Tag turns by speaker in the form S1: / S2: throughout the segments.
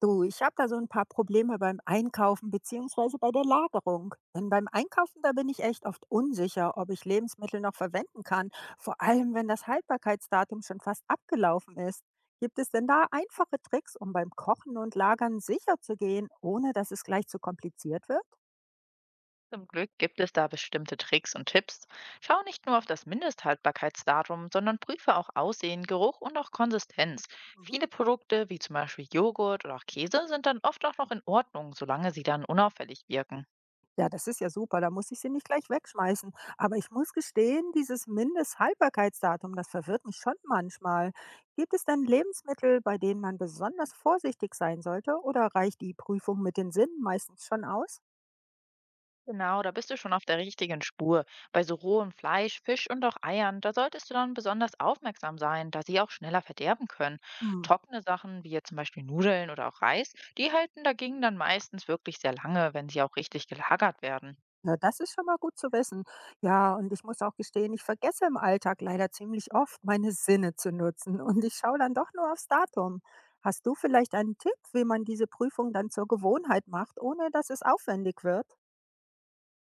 S1: Du, ich habe da so ein paar Probleme beim Einkaufen beziehungsweise bei der Lagerung. Denn beim Einkaufen, da bin ich echt oft unsicher, ob ich Lebensmittel noch verwenden kann, vor allem wenn das Haltbarkeitsdatum schon fast abgelaufen ist. Gibt es denn da einfache Tricks, um beim Kochen und Lagern sicher zu gehen, ohne dass es gleich zu kompliziert wird?
S2: Zum Glück gibt es da bestimmte Tricks und Tipps. Schau nicht nur auf das Mindesthaltbarkeitsdatum, sondern prüfe auch Aussehen, Geruch und auch Konsistenz. Viele Produkte, wie zum Beispiel Joghurt oder auch Käse, sind dann oft auch noch in Ordnung, solange sie dann unauffällig wirken.
S1: Ja, das ist ja super, da muss ich sie nicht gleich wegschmeißen. Aber ich muss gestehen, dieses Mindesthaltbarkeitsdatum, das verwirrt mich schon manchmal. Gibt es denn Lebensmittel, bei denen man besonders vorsichtig sein sollte, oder reicht die Prüfung mit den Sinnen meistens schon aus?
S2: Genau, da bist du schon auf der richtigen Spur. Bei so rohem Fleisch, Fisch und auch Eiern, da solltest du dann besonders aufmerksam sein, da sie auch schneller verderben können.
S1: Hm.
S2: Trockene Sachen, wie jetzt zum Beispiel Nudeln oder auch Reis, die halten dagegen dann meistens wirklich sehr lange, wenn sie auch richtig gelagert werden.
S1: Na, das ist schon mal gut zu wissen. Ja, und ich muss auch gestehen, ich vergesse im Alltag leider ziemlich oft, meine Sinne zu nutzen, und ich schaue dann doch nur aufs Datum. Hast du vielleicht einen Tipp, wie man diese Prüfung dann zur Gewohnheit macht, ohne dass es aufwendig wird?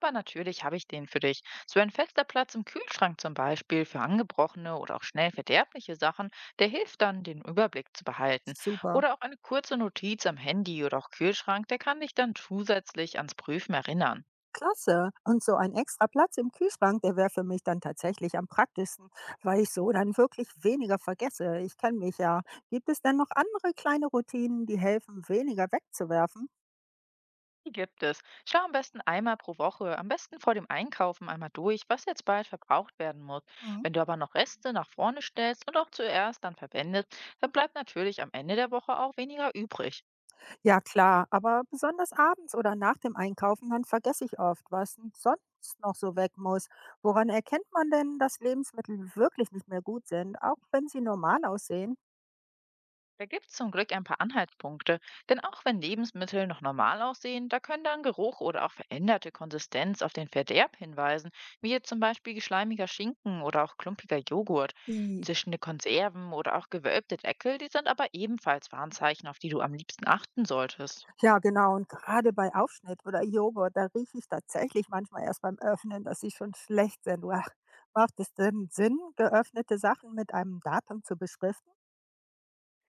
S2: Aber natürlich habe ich den für dich. So ein fester Platz im Kühlschrank zum Beispiel für angebrochene oder auch schnell verderbliche Sachen, der hilft dann, den Überblick zu behalten.
S1: Super.
S2: Oder auch eine kurze Notiz am Handy oder auch Kühlschrank, der kann dich dann zusätzlich ans Prüfen erinnern.
S1: Klasse. Und so ein extra Platz im Kühlschrank, der wäre für mich dann tatsächlich am praktischsten, weil ich so dann wirklich weniger vergesse. Ich kenne mich ja. Gibt es denn noch andere kleine Routinen, die helfen, weniger wegzuwerfen?
S2: Die gibt es. Schau am besten einmal pro Woche, am besten vor dem Einkaufen einmal durch, was jetzt bald verbraucht werden muss.
S1: Mhm.
S2: Wenn du aber noch Reste nach vorne stellst und auch zuerst dann verwendest, dann bleibt natürlich am Ende der Woche auch weniger übrig.
S1: Ja, klar, aber besonders abends oder nach dem Einkaufen, dann vergesse ich oft, was denn sonst noch so weg muss. Woran erkennt man denn, dass Lebensmittel wirklich nicht mehr gut sind, auch wenn sie normal aussehen?
S2: Da gibt es zum Glück ein paar Anhaltspunkte, denn auch wenn Lebensmittel noch normal aussehen, da können dann Geruch oder auch veränderte Konsistenz auf den Verderb hinweisen, wie jetzt zum Beispiel schleimiger Schinken oder auch klumpiger Joghurt.
S1: I.
S2: Zischende Konserven oder auch gewölbte Deckel, die sind aber ebenfalls Warnzeichen, auf die du am liebsten achten solltest.
S1: Ja, genau. Und gerade bei Aufschnitt oder Joghurt, da rieche ich tatsächlich manchmal erst beim Öffnen, dass sie schon schlecht sind. Uah, macht es denn Sinn, geöffnete Sachen mit einem Datum zu beschriften?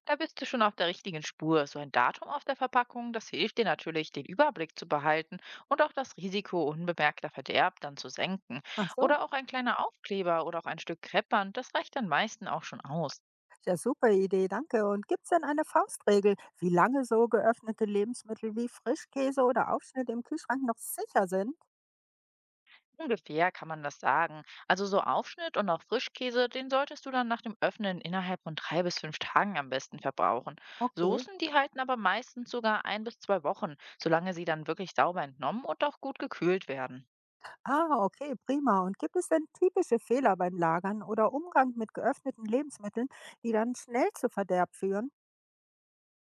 S2: Da bist du schon auf der richtigen Spur. So ein Datum auf der Verpackung, das hilft dir natürlich, den Überblick zu behalten und auch das Risiko unbemerkter Verderb dann zu senken.
S1: Ach so,
S2: Oder auch ein kleiner Aufkleber oder auch ein Stück Kreppband, das reicht dann meisten auch schon aus.
S1: ist ja super Idee, danke. Und gibt es denn eine Faustregel, wie lange so geöffnete Lebensmittel wie Frischkäse oder Aufschnitt im Kühlschrank noch sicher sind?
S2: Ungefähr kann man das sagen. Also so Aufschnitt und auch Frischkäse, den solltest du dann nach dem Öffnen innerhalb von 3 bis 5 Tagen am besten verbrauchen.
S1: Okay.
S2: Soßen, die halten aber meistens sogar 1 bis 2 Wochen, solange sie dann wirklich sauber entnommen und auch gut gekühlt werden.
S1: Ah, okay, prima. Und gibt es denn typische Fehler beim Lagern oder Umgang mit geöffneten Lebensmitteln, die dann schnell zu Verderb führen?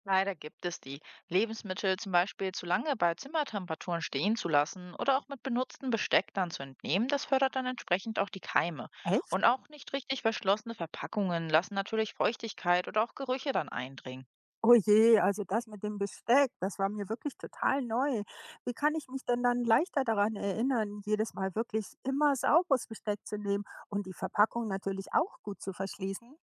S2: Leider gibt es die. Lebensmittel zum Beispiel zu lange bei Zimmertemperaturen stehen zu lassen oder auch mit benutztem Besteck dann zu entnehmen, das fördert dann entsprechend auch die Keime.
S1: Echt?
S2: Und auch nicht richtig verschlossene Verpackungen lassen natürlich Feuchtigkeit oder auch Gerüche dann eindringen.
S1: Oh je, also das mit dem Besteck, das war mir wirklich total neu. Wie kann ich mich denn dann leichter daran erinnern, jedes Mal wirklich immer sauberes Besteck zu nehmen und die Verpackung natürlich auch gut zu verschließen?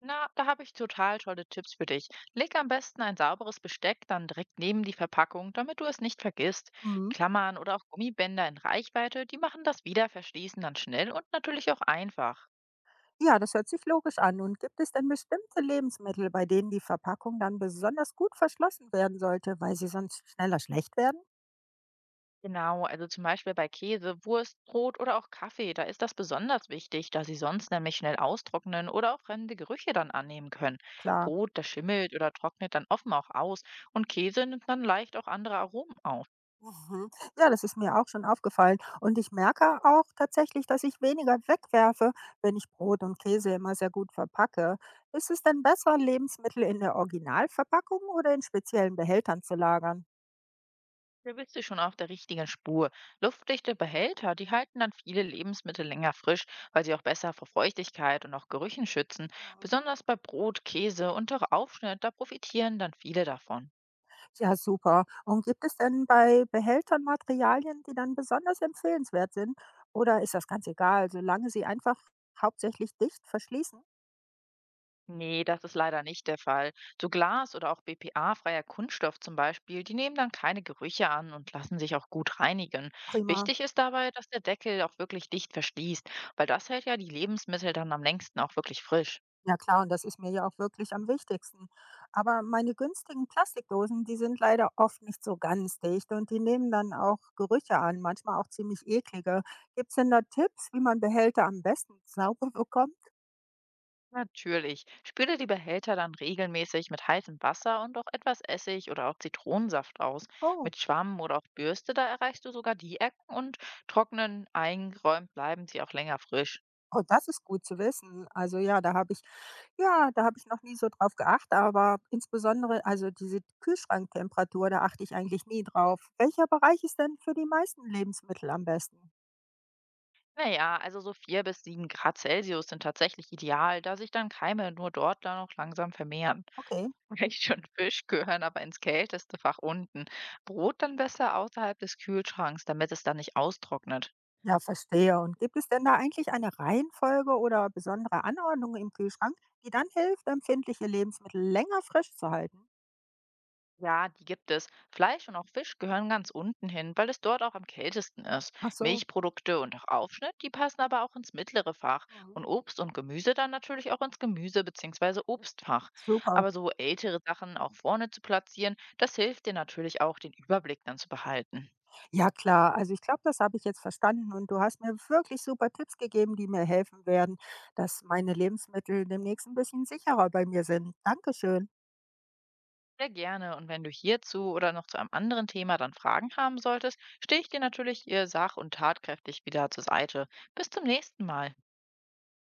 S2: Na, da habe ich total tolle Tipps für dich. Leg am besten ein sauberes Besteck dann direkt neben die Verpackung, damit du es nicht vergisst.
S1: Hm.
S2: Klammern oder auch Gummibänder in Reichweite, die machen das Wiederverschließen dann schnell und natürlich auch einfach.
S1: Ja, das hört sich logisch an. Und gibt es denn bestimmte Lebensmittel, bei denen die Verpackung dann besonders gut verschlossen werden sollte, weil sie sonst schneller schlecht werden?
S2: Genau, also zum Beispiel bei Käse, Wurst, Brot oder auch Kaffee, da ist das besonders wichtig, da sie sonst nämlich schnell austrocknen oder auch fremde Gerüche dann annehmen können.
S1: Klar.
S2: Brot, das schimmelt oder trocknet dann offen auch aus und Käse nimmt dann leicht auch andere Aromen auf.
S1: Mhm. Ja, das ist mir auch schon aufgefallen. Und ich merke auch tatsächlich, dass ich weniger wegwerfe, wenn ich Brot und Käse immer sehr gut verpacke. Ist es denn besser, Lebensmittel in der Originalverpackung oder in speziellen Behältern zu lagern?
S2: Da bist du schon auf der richtigen Spur. Luftdichte Behälter, die halten dann viele Lebensmittel länger frisch, weil sie auch besser vor Feuchtigkeit und auch Gerüchen schützen.
S1: Mhm.
S2: Besonders bei Brot, Käse und auch Aufschnitt, da profitieren dann viele davon.
S1: Ja, super. Und gibt es denn bei Behältern Materialien, die dann besonders empfehlenswert sind? Oder ist das ganz egal, solange sie einfach hauptsächlich dicht verschließen?
S2: Nee, das ist leider nicht der Fall. So Glas oder auch BPA-freier Kunststoff zum Beispiel, die nehmen dann keine Gerüche an und lassen sich auch gut reinigen.
S1: Prima.
S2: Wichtig ist dabei, dass der Deckel auch wirklich dicht verschließt, weil das hält ja die Lebensmittel dann am längsten auch wirklich frisch.
S1: Ja klar, und das ist mir ja auch wirklich am wichtigsten. Aber meine günstigen Plastikdosen, die sind leider oft nicht so ganz dicht, und die nehmen dann auch Gerüche an, manchmal auch ziemlich eklige. Gibt es denn da Tipps, wie man Behälter am besten sauber bekommt?
S2: Natürlich. Spüle die Behälter dann regelmäßig mit heißem Wasser und auch etwas Essig oder auch Zitronensaft aus.
S1: Oh,
S2: Mit Schwamm oder auch Bürste, da erreichst du sogar die Ecken und trocknen eingeräumt bleiben sie auch länger frisch.
S1: oh, das ist gut zu wissen. Also ja, da habe ich noch nie so drauf geachtet, aber insbesondere, also diese Kühlschranktemperatur, da achte ich eigentlich nie drauf. Welcher Bereich ist denn für die meisten Lebensmittel am besten?
S2: Naja, also so 4 bis 7 °C sind tatsächlich ideal, da sich dann Keime nur dort dann noch langsam vermehren.
S1: Okay.
S2: Fleisch und Fisch gehören aber ins kälteste Fach unten. Brot dann besser außerhalb des Kühlschranks, damit es dann nicht austrocknet.
S1: Ja, verstehe. Und gibt es denn da eigentlich eine Reihenfolge oder besondere Anordnung im Kühlschrank, die dann hilft, empfindliche Lebensmittel länger frisch zu halten?
S2: Ja, die gibt es. Fleisch und auch Fisch gehören ganz unten hin, weil es dort auch am kältesten ist.
S1: Ach so.
S2: Milchprodukte und auch Aufschnitt, die passen aber auch ins mittlere Fach.
S1: Mhm.
S2: Und Obst und Gemüse dann natürlich auch ins Gemüse- bzw. Obstfach.
S1: Super.
S2: Aber so ältere Sachen auch vorne zu platzieren, das hilft dir natürlich auch, den Überblick dann zu behalten.
S1: Ja, klar. Also ich glaube, das habe ich jetzt verstanden, und du hast mir wirklich super Tipps gegeben, die mir helfen werden, dass meine Lebensmittel demnächst ein bisschen sicherer bei mir sind. Dankeschön.
S2: Sehr gerne. Und wenn du hierzu oder noch zu einem anderen Thema dann Fragen haben solltest, stehe ich dir natürlich ihr sach- und tatkräftig wieder zur Seite. Bis zum nächsten Mal.